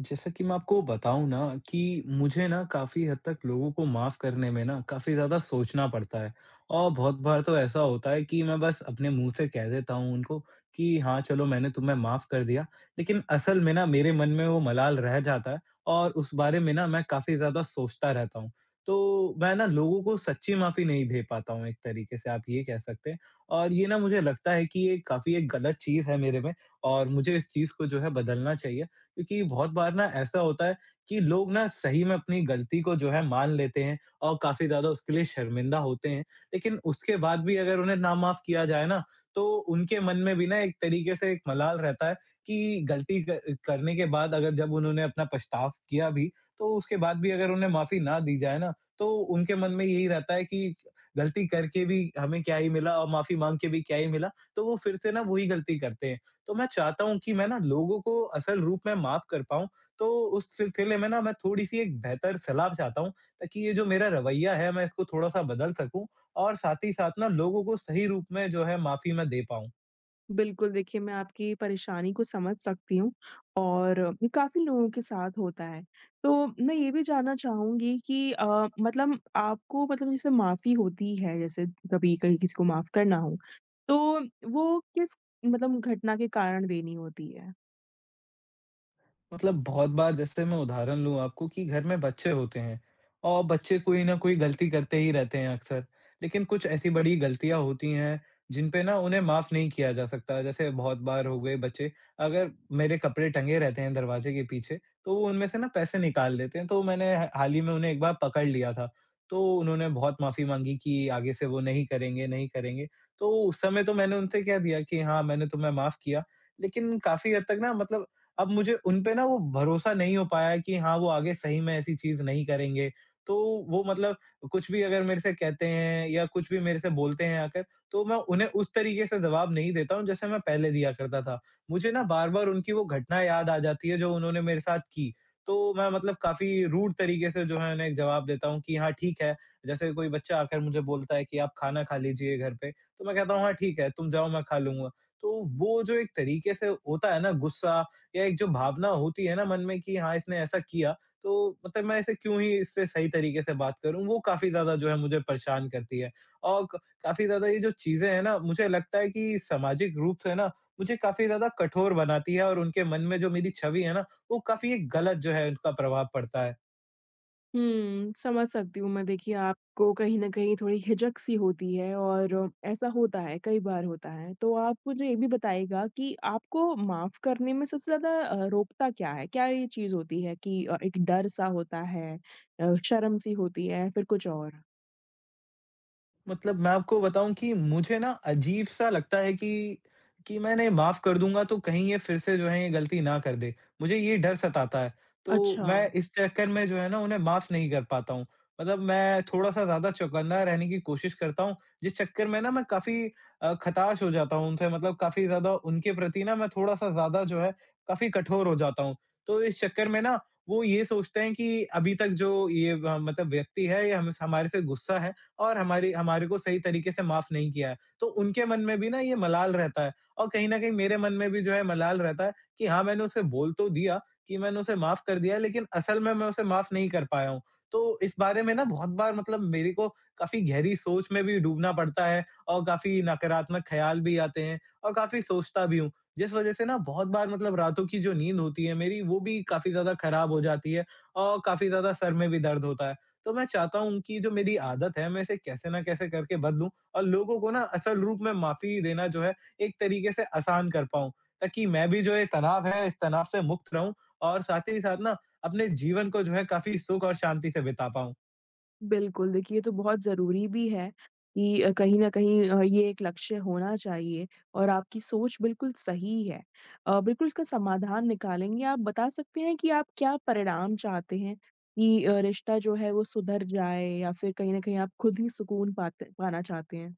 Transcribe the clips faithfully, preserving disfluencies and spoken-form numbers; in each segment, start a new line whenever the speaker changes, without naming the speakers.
जैसा कि मैं आपको बताऊँ ना कि मुझे ना काफ़ी हद तक लोगों को माफ़ करने में ना काफ़ी ज़्यादा सोचना पड़ता है। और बहुत बार तो ऐसा होता है कि मैं बस अपने मुँह से कह देता हूँ उनको कि हाँ, चलो मैंने तुम्हें माफ़ कर दिया। लेकिन असल में ना मेरे मन में वो मलाल रह जाता है और उस बारे में ना मैं काफ़ी ज़्यादा सोचता रहता हूँ। तो मैं ना लोगों को सच्ची माफ़ी नहीं दे पाता हूँ, एक तरीके से आप ये कह सकते हैं, और ये ना मुझे लगता है कि ये काफ़ी एक गलत चीज़ है मेरे में और मुझे इस चीज़ को जो है बदलना चाहिए। क्योंकि बहुत बार ना ऐसा होता है कि लोग ना सही में अपनी गलती को जो है मान लेते हैं और काफ़ी ज़्यादा उसके लिए शर्मिंदा होते हैं। लेकिन उसके बाद भी अगर उन्हें ना-माफ़ किया जाए ना, तो उनके मन में भी ना एक तरीके से एक मलाल रहता है कि गलती क करने के बाद अगर जब उन्होंने अपना पछतावा किया भी, तो उसके बाद भी अगर उन्हें माफ़ी ना दी जाए ना, तो उनके मन में यही रहता है कि गलती करके भी हमें क्या ही मिला और माफ़ी माँग के भी क्या ही मिला, तो वो फिर से ना वही गलती करते हैं। तो मैं चाहता हूँ कि मैं ना लोगों को असल रूप में माफ़ कर पाऊँ, तो उस सिलसिले में ना मैं थोड़ी-सी एक बेहतर सलाह चाहता हूँ, ताकि ये जो मेरा रवैया है मैं इसको थोड़ा-सा बदल सकूँ और साथ ही साथ ना लोगों को सही रूप में जो है माफ़ी मैं दे पाऊँ।
बिल्कुल, देखिए मैं आपकी परेशानी को समझ सकती हूँ और काफ़ी लोगों के साथ होता है। तो मैं ये भी जानना चाहूँगी कि अ, मतलब आपको मतलब जैसे माफ़ी होती है जैसे कभी कहीं किसी को माफ़ करना हो, तो वो किस मतलब घटना के कारण देनी होती है?
मतलब बहुत बार जैसे मैं उदाहरण लूँ आपको कि घर में बच्चे होते हैं और बच्चे कोई ना कोई गलती करते ही रहते हैं अक्सर। लेकिन कुछ ऐसी बड़ी गलतियाँ होती हैं जिन पे ना उन्हें माफ़ नहीं किया जा सकता। जैसे बहुत बार हो गए बच्चे, अगर मेरे कपड़े टंगे रहते हैं दरवाज़े के पीछे, तो वो उनमें से ना पैसे निकाल लेते हैं। तो मैंने ह हाल ही में उन्हें एक बार पकड़ लिया था। तो उन्होंने बहुत माफ़ी माँगी कि आगे से वो नहीं करेंगे, नहीं करेंगे। तो उस समय तो मैंने उनसे कह दिया कि हाँ, मैंने तुम्हें माफ़ किया। लेकिन काफ़ी हद तक ना मतलब अब मुझे उन पे ना वो भरोसा नहीं हो पाया है कि हाँ, वो आगे सही में ऐसी चीज़ नहीं करेंगे। तो वो मतलब कुछ भी अगर मेरे से कहते हैं या कुछ भी मेरे से बोलते हैं आकर, तो मैं उन्हें उस तरीके से जवाब नहीं देता हूँ जैसे मैं पहले दिया करता था। मुझे ना बार-बार उनकी वो घटना याद आ जाती है जो उन्होंने मेरे साथ की। तो मैं मतलब काफ़ी रूड तरीके से जो है उन्हें जवाब देता हूँ कि हाँ, ठीक है। जैसे कोई बच्चा आकर मुझे बोलता है कि आप खाना खा लीजिए घर पे, तो मैं कहता हूँ हाँ, ठीक है, तुम जाओ मैं खा लूँगा। तो वो जो एक तरीके से होता है ना गुस्सा, या एक जो भावना होती है ना मन में कि हाँ इसने ऐसा किया, तो मतलब मैं ऐसे क्यों ही इससे सही तरीके से बात करूं, वो काफी ज्यादा जो है मुझे परेशान करती है। और क- काफी ज्यादा ये जो चीजें हैं ना मुझे लगता है कि सामाजिक रूप से ना मुझे काफी ज्यादा कठोर बनाती है, और उनके मन में जो मेरी छवि है ना, वो काफी एक गलत जो है उनका प्रभाव पड़ता है।
हुँ, समझ सकती हूँ मैं। देखिए, आपको कहीं न कहीं थोड़ी हिचक-सी होती है और ऐसा होता है, कई बार होता है। तो आप मुझे ये भी बताइएगा कि आपको माफ़ करने में सबसे ज़्यादा अ, रोकता क्या है? क्या ये चीज़ होती है कि अ, एक डर-सा होता है अ, शर्म-सी होती है, फिर कुछ और?
मतलब मैं आपको बताऊँ कि मुझे ना अजीब-सा लगता है कि कि मैंने माफ़ कर दूँगा तो कहीं ये फिर से जो है ये गलती ना कर दे। मुझे ये डर सताता है, तो
अच्छा।
मैं इस चक्कर में जो है ना उन्हें माफ़ नहीं कर पाता हूँ। मतलब मैं थोड़ा-सा ज़्यादा चौकन्ना रहने की कोशिश करता हूँ, जिस चक्कर में ना मैं काफ़ी अ, खटाश हो जाता हूँ उनसे, मतलब काफ़ी ज़्यादा उनके प्रति ना मैं थोड़ा-सा ज़्यादा जो है काफ़ी कठोर हो जाता हूँ। तो इस चक्कर में ना वो ये सोचते हैं कि अभी तक जो ये व मतलब व्यक्ति है, ये हम हमारे से गुस्सा है, और हमारी हमारे को सही तरीके से माफ नहीं किया है। तो उनके मन में भी ना ये मलाल रहता है और कहीं न कहीं मेरे मन में भी जो है मलाल रहता है कि हाँ, मैंने उसे बोल तो दिया कि मैंने उसे माफ कर दिया है, लेकिन असल में मैं उसे माफ नहीं कर पाया हूँ। तो इस बारे में ना बहुत बार मतलब मेरे को काफ़ी गहरी सोच में भी डूबना पड़ता है, और काफ़ी नकारात्मक ख़्याल भी आते हैं और काफ़ी सोचता भी हूँ। जिस वज़ह से ना बहुत बार मतलब रातों की जो नींद होती है मेरी, वो भी काफ़ी ज़्यादा ख़राब हो जाती है और काफ़ी ज़्यादा सर में भी दर्द होता है। तो मैं चाहता हूँ कि जो मेरी आदत है मैं इसे कैसे ना कैसे करके बदलूँ और लोगों को ना असल रूप में माफ़ी देना जो है एक तरीके से आसान कर पाऊँ। ताकि मैं भी जो ये तनाव है इस तनाव से मुक्त रहूँ और साथ ही साथ ना अपने जीवन को जो है काफ़ी सुख और शांति से बिता पाऊँ।
बिल्कुल, देखिए ये तो बहुत ज़रूरी भी है कि अ, कहीं न कहीं अ, ये एक लक्ष्य होना चाहिए और आपकी सोच बिल्कुल सही है। अ, बिल्कुल इसका समाधान निकालेंगे। आप बता सकते हैं कि आप क्या परिणाम चाहते हैं कि अ, रिश्ता जो है वो सुधर जाए या फिर कहीं न कहीं आप खुद ही सुकून पाते पाना चाहते हैं?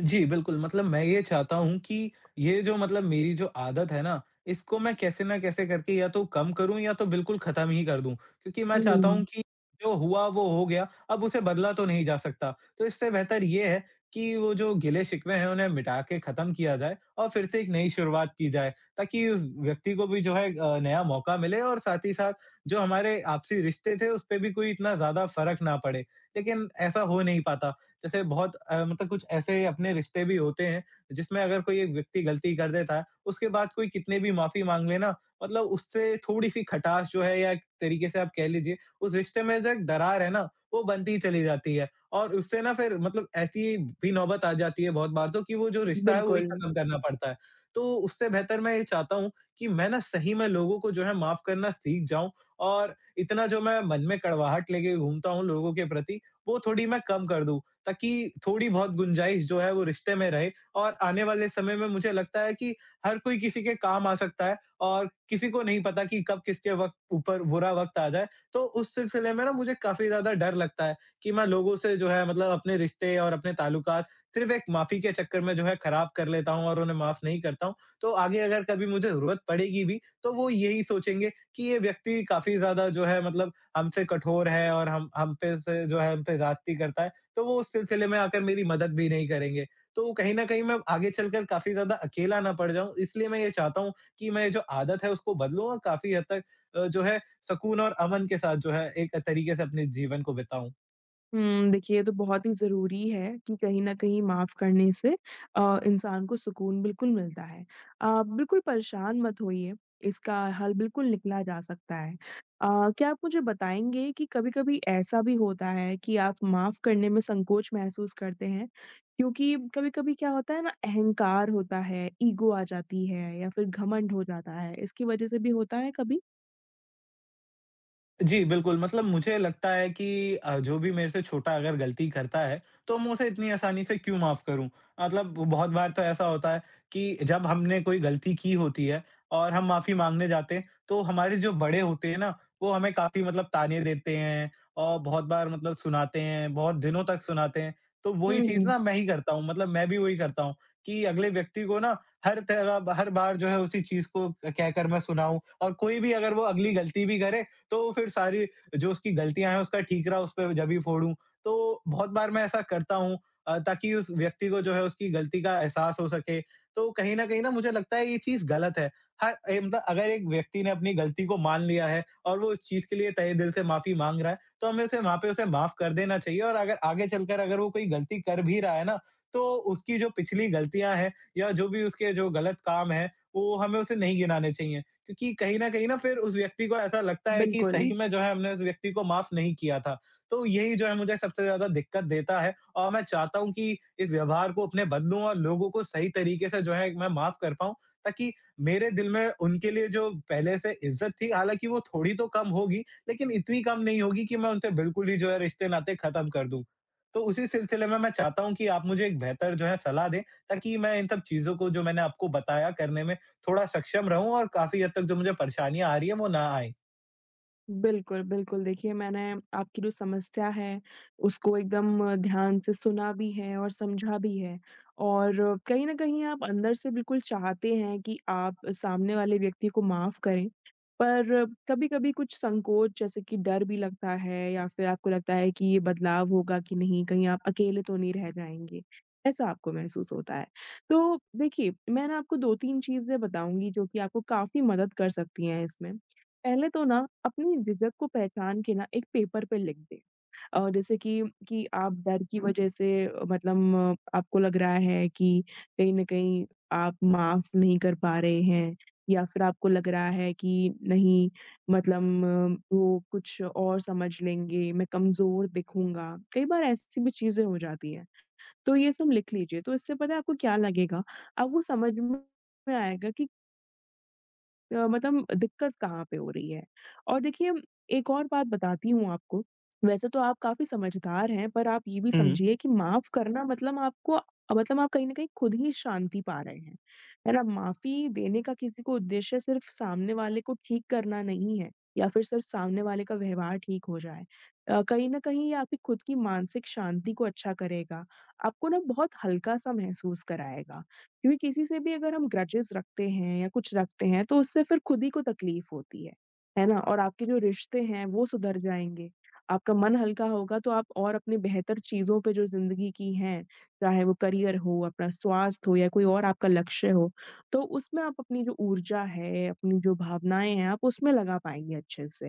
जी, बिल्कुल, मतलब मैं ये चाहता हूँ कि ये जो मतलब मेरी जो आदत है ना, इसको मैं कैसे ना कैसे करके या तो कम करूँ या तो बिल्कुल ख़त्म ही कर दूँ। क्योंकि मैं चाहता
हुँ,
हूँ कि जो हुआ वो हो गया, अब उसे बदला तो नहीं जा सकता। तो इससे बेहतर ये है कि वो जो गिले-शिकवे हैं उन्हें मिटा के ख़त्म किया जाए और फिर से एक नई शुरुआत की जाए, ताकि उस व्यक्ति को भी जो है अ, नया मौका मिले और साथ ही साथ जो हमारे आपसी रिश्ते थे, उस पे भी कोई इतना ज़्यादा फ़र्क ना पड़े। लेकिन ऐसा हो नहीं पाता। जैसे बहुत अ, मतलब कुछ ऐसे अपने रिश्ते भी होते हैं, जिसमें अगर कोई एक व्यक्ति गलती कर देता है, उसके बाद कोई कितने भी माफ़ी माँग ले ना, मतलब उससे थोड़ी-सी खटास जो है, या एक तरीके से आप कह लीजिए, उस रिश्ते में जो एक दरार है ना, वो बनती ही चली जाती है। और उससे ना फिर मतलब ऐसी भी नौबत आ जाती है बहुत बार तो कि वो जो रिश्ता है, वो ही
बिल्कुल।
खत्म करना पड़ता है। तो उससे बेहतर मैं ये चाहता हूँ कि मैं ना सही में लोगों को जो है माफ़ करना सीख जाऊँ, और इतना जो मैं मन में कड़वाहट लेके घूमता हूँ लोगों के प्रति, वो थोड़ी मैं कम कर दूँ। ताकि थोड़ी बहुत गुंजाइश जो है वो रिश्ते में रहे, और आने वाले समय में मुझे लगता है कि हर कोई किसी के काम आ सकता है और किसी को नहीं पता कि कब किसके वक़्त ऊपर बुरा वक़्त आ जाए। तो उस सिलसिले में ना मुझे काफ़ी ज़्यादा डर लगता है कि मैं लोगों से जो है मतलब अपने रिश्ते और अपने ताल्लुकात सिर्फ़ एक माफ़ी के चक्कर में जो है ख़राब कर लेता हूँ और उन्हें माफ़ नहीं करता हूँ। तो आगे अगर कभी मुझे ज़रूरत पड़ेगी भी, तो वो यही सोचेंगे कि ये व्यक्ति काफ़ी ज़्यादा जो है मतलब हमसे कठोर है और हम हम पे से जो है हम पे ज़्यादती करता है। तो वो उस सिलसिले में आकर मेरी मदद भी नहीं करेंगे। तो कहीं न कहीं मैं आगे चलकर काफ़ी ज़्यादा अकेला ना पड़ जाऊँ, इसलिए मैं ये चाहता हूँ कि मैं जो आदत है उसको बदलूँ और काफ़ी हद तक अ, जो है सुकून और अमन के साथ जो है एक तरीके से अपने जीवन को बिताऊँ।
हुँ, देखिए ये तो बहुत ही ज़रूरी है कि कहीं न कहीं माफ़ करने से अ, इंसान को सुकून बिल्कुल मिलता है। आप बिल्कुल परेशान मत होइए, इसका हल बिल्कुल निकला जा सकता है। अ, क्या आप मुझे बताएँगे कि कभी-कभी ऐसा भी होता है कि आप माफ़ करने में संकोच महसूस करते हैं? क्योंकि कभी-कभी क्या होता है ना अहंकार होता है, ईगो आ जाती है या फिर घमंड हो जाता है, इसकी वज़ह से भी होता है कभी?
जी, बिल्कुल, मतलब मुझे लगता है कि अ, जो भी मेरे से छोटा अगर गलती करता है, तो मैं उसे इतनी आसानी से क्यों माफ़ करूँ? मतलब बहुत बार तो ऐसा होता है कि जब हमने कोई गलती की होती है और हम माफ़ी माँगने जाते हैं, तो हमारे जो बड़े होते हैं ना, वो हमें काफ़ी मतलब ताने देते हैं और बहुत बार मतलब सुनाते हैं, बहुत दिनों तक सुनाते हैं। तो वही चीज़
हुँ,
ना मैं ही करता हूँ, मतलब मैं भी वही करता हूँ कि अगले व्यक्ति को ना हर तरह हर बार जो है उसी चीज़ को कहकर मैं सुनाऊँ, और कोई भी अगर वो अगली गलती भी करे, तो फिर सारी जो उसकी गलतियाँ हैं उसका ठीकरा उस पे जब भी फोड़ूँ। तो बहुत बार मैं ऐसा करता हूँ अ, ताकि उस व्यक्ति को जो है उसकी गलती का एहसास हो सके। तो कहीं न कहीं ना मुझे लगता है ये चीज़ गलत है। हाँ, ए मतलब अगर एक व्यक्ति ने अपनी गलती को मान लिया है और वो इस चीज़ के लिए तहे दिल से माफ़ी माँग रहा है, तो हमें उसे वहाँ पे उसे माफ़ कर देना चाहिए, और अगर आगे चलकर अगर वो कोई गलती कर भी रहा है ना, तो उसकी जो पिछली गलतियाँ हैं या जो भी उसके जो गलत काम हैं, वो हमें उसे नहीं गिनाने चाहिए। क्योंकि कहीं न कहीं ना फिर उस व्यक्ति को ऐसा लगता है कि
बिल्कुल।
सही में जो है हमने उस व्यक्ति को माफ़ नहीं किया था। तो यही जो है मुझे सबसे ज़्यादा दिक्कत देता है और मैं चाहता हूँ कि इस व्यवहार को अपने बदलूँ और लोगों को सही तरीके से जो है मैं माफ़ कर पाऊँ, ताकि मेरे दिल में उनके लिए जो पहले से इज़्ज़त थी, हालाँकि वो थोड़ी तो कम होगी, लेकिन इतनी कम नहीं होगी कि मैं उनसे बिल्कुल ही जो है रिश्ते-नाते ख़त्म कर दूँ। तो उसी सिलसिले में मैं चाहता हूँ कि आप मुझे एक बेहतर जो है सलाह दें, ताकि मैं इन सब चीज़ों को जो मैंने आपको बताया करने में थोड़ा सक्षम रहूँ और काफ़ी हद तक जो मुझे परेशानियाँ आ रही हैं वो ना आएँ।
बिल्कुल, बिल्कुल। देखिए, मैंने आपकी जो समस्या है, उसको एकदम ध्यान से सुना भी है और समझा भी है। और कहीं न कहीं आप अंदर से बिल्कुल चाहते हैं कि आप सामने वाले व्यक्ति को माफ़ करें, पर कभी-कभी कुछ संकोच जैसे कि डर भी लगता है या फिर आपको लगता है कि ये बदलाव होगा कि नहीं, कहीं आप अकेले तो नहीं रह जाएँगे। ऐसा आपको महसूस होता है। तो देखिए, मैं ना आपको दो तीन चीज़ें बताऊँगी जो कि आपको काफ़ी मदद कर सकती हैं इसमें। पहले तो ना अपनी झिझक को पहचान के ना एक पेपर पे लिख दें। अ, जैसे कि कि आप डर की वजह से अ, मतलब अ, आपको लग रहा है कि कहीं न कहीं आप माफ़ नहीं कर पा रहे हैं या फिर आपको लग रहा है कि नहीं मतलब अ, वो कुछ और समझ लेंगे, मैं कमज़ोर दिखूँगा। कई बार ऐसी भी चीज़ें हो जाती हैं। तो ये सब लिख लीजिए, तो इससे पता है आपको क्या लगेगा? आपको समझ में आएगा कि अ, मतलब दिक्कत कहाँ पे हो रही है? और देखिए एक और बात बताती हूँ आपको, वैसे तो आप काफ़ी समझदार हैं, पर आप ये भी
हुँ,
समझिए कि माफ़ करना मतलब आपको मतलब आप कहीं न कहीं खुद ही शांति पा रहे हैं, है ना? माफ़ी देने का किसी को उद्देश्य सिर्फ़ सामने वाले को ठीक करना नहीं है या फिर सिर्फ़ सामने वाले का व्यवहार ठीक हो जाए। अ, कहीं न कहीं ये आपकी खुद की मानसिक शांति को अच्छा करेगा, आपको ना बहुत हल्का-सा महसूस कराएगा। क्योंकि किसी से भी अगर हम ग्रजेस रखते हैं या कुछ रखते हैं तो उससे फिर खुद ही को तकलीफ होती है, है ना? और आपके जो रिश्ते हैं वो सुधर जाएँगे, आपका मन हल्का होगा तो आप और अपनी बेहतर चीज़ों पे जो ज़िंदगी की हैं, चाहे वो करियर हो, अपना स्वास्थ्य हो या कोई और आपका लक्ष्य हो, तो उसमें आप अपनी जो ऊर्जा है, अपनी जो भावनाएँ हैं आप उसमें लगा पाएँगे अच्छे से,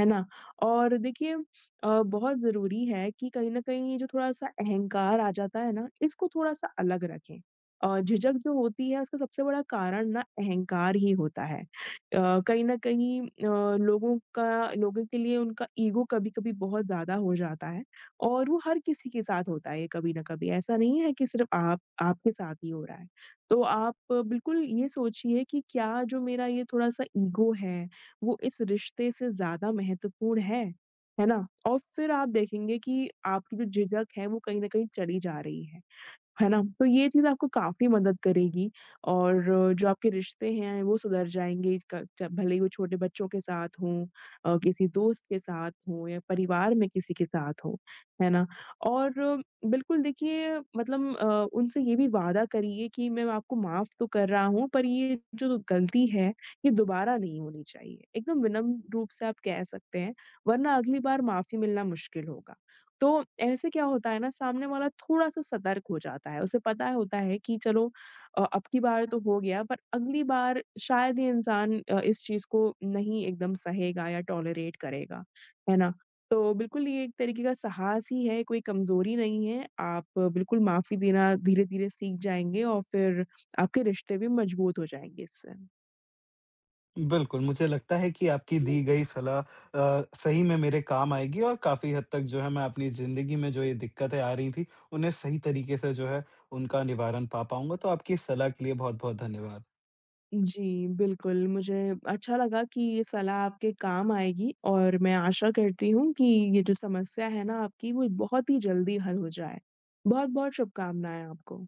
है ना? और देखिए अ, बहुत ज़रूरी है कि कहीं न कहीं ये जो थोड़ा-सा अहंकार आ जाता है ना, इसको थोड़ा-सा अलग रखें। अ, झिझक जो होती है उसका सबसे बड़ा कारण ना अहंकार ही होता है। अ, कहीं न कहीं अ, लोगों का लोगों के लिए उनका ईगो कभी-कभी बहुत ज़्यादा हो जाता है और वो हर किसी के साथ होता है ये कभी न कभी। ऐसा नहीं है कि सिर्फ़ आप आपके साथ ही हो रहा है। तो आप बिल्कुल ये सोचिए कि क्या जो मेरा ये थोड़ा-सा ईगो है, वो इस रिश्ते से ज़्यादा महत्वपूर्ण है, है ना? और फिर आप देखेंगे कि आपकी जो झिझक है वो कहीं न कहीं चली जा रही है। है ना? तो ये चीज़ आपको काफ़ी मदद करेगी और जो आपके रिश्ते हैं वो सुधर जाएँगे क च भले ही वो छोटे बच्चों के साथ हों अ, किसी दोस्त के साथ हों या परिवार में किसी के साथ हों, है ना? और अ, बिल्कुल देखिए मतलब अ, उनसे ये भी वादा करिए कि मैं आपको माफ़ तो कर रहा हूँ पर ये जो गलती है ये दोबारा नहीं होनी चाहिए। एकदम विनम्र रूप से आप कह सकते हैं वरना अगली बार माफ़ी मिलना मुश्किल होगा। तो ऐसे क्या होता है ना सामने वाला थोड़ा-सा सतर्क हो जाता है। उसे पता होता है कि चलो अ, अब की बार तो हो गया पर अगली बार शायद ये इंसान अ, इस चीज़ को नहीं एकदम सहेगा या टॉलरेट करेगा। है ना? तो बिल्कुल ये एक तरीके का साहस ही है, कोई कमज़ोरी नहीं है। आप बिल्कुल माफ़ी देना धीरे-धीरे सीख जाएँगे और फिर आपके रिश्ते भी मज़बूत हो जाएँगे इससे।
बिल्कुल मुझे लगता है कि आपकी दी गई सलाह अ, सही में मेरे काम आएगी और काफ़ी हद तक जो है मैं अपनी ज़िंदगी में जो ये दिक्कतें आ रही थी, उन्हें सही तरीके से जो है उनका निवारण पा पाऊँगा। तो आपकी इस सलाह के लिए बहुत-बहुत धन्यवाद।
जी, बिल्कुल, मुझे अच्छा लगा कि ये सलाह आपके काम आएगी और मैं आशा करती हूँ कि ये जो समस्या है ना आपकी, वो बहुत ही जल्दी हल हो जाए। बहुत-बहुत शुभकामनाएँ आपको।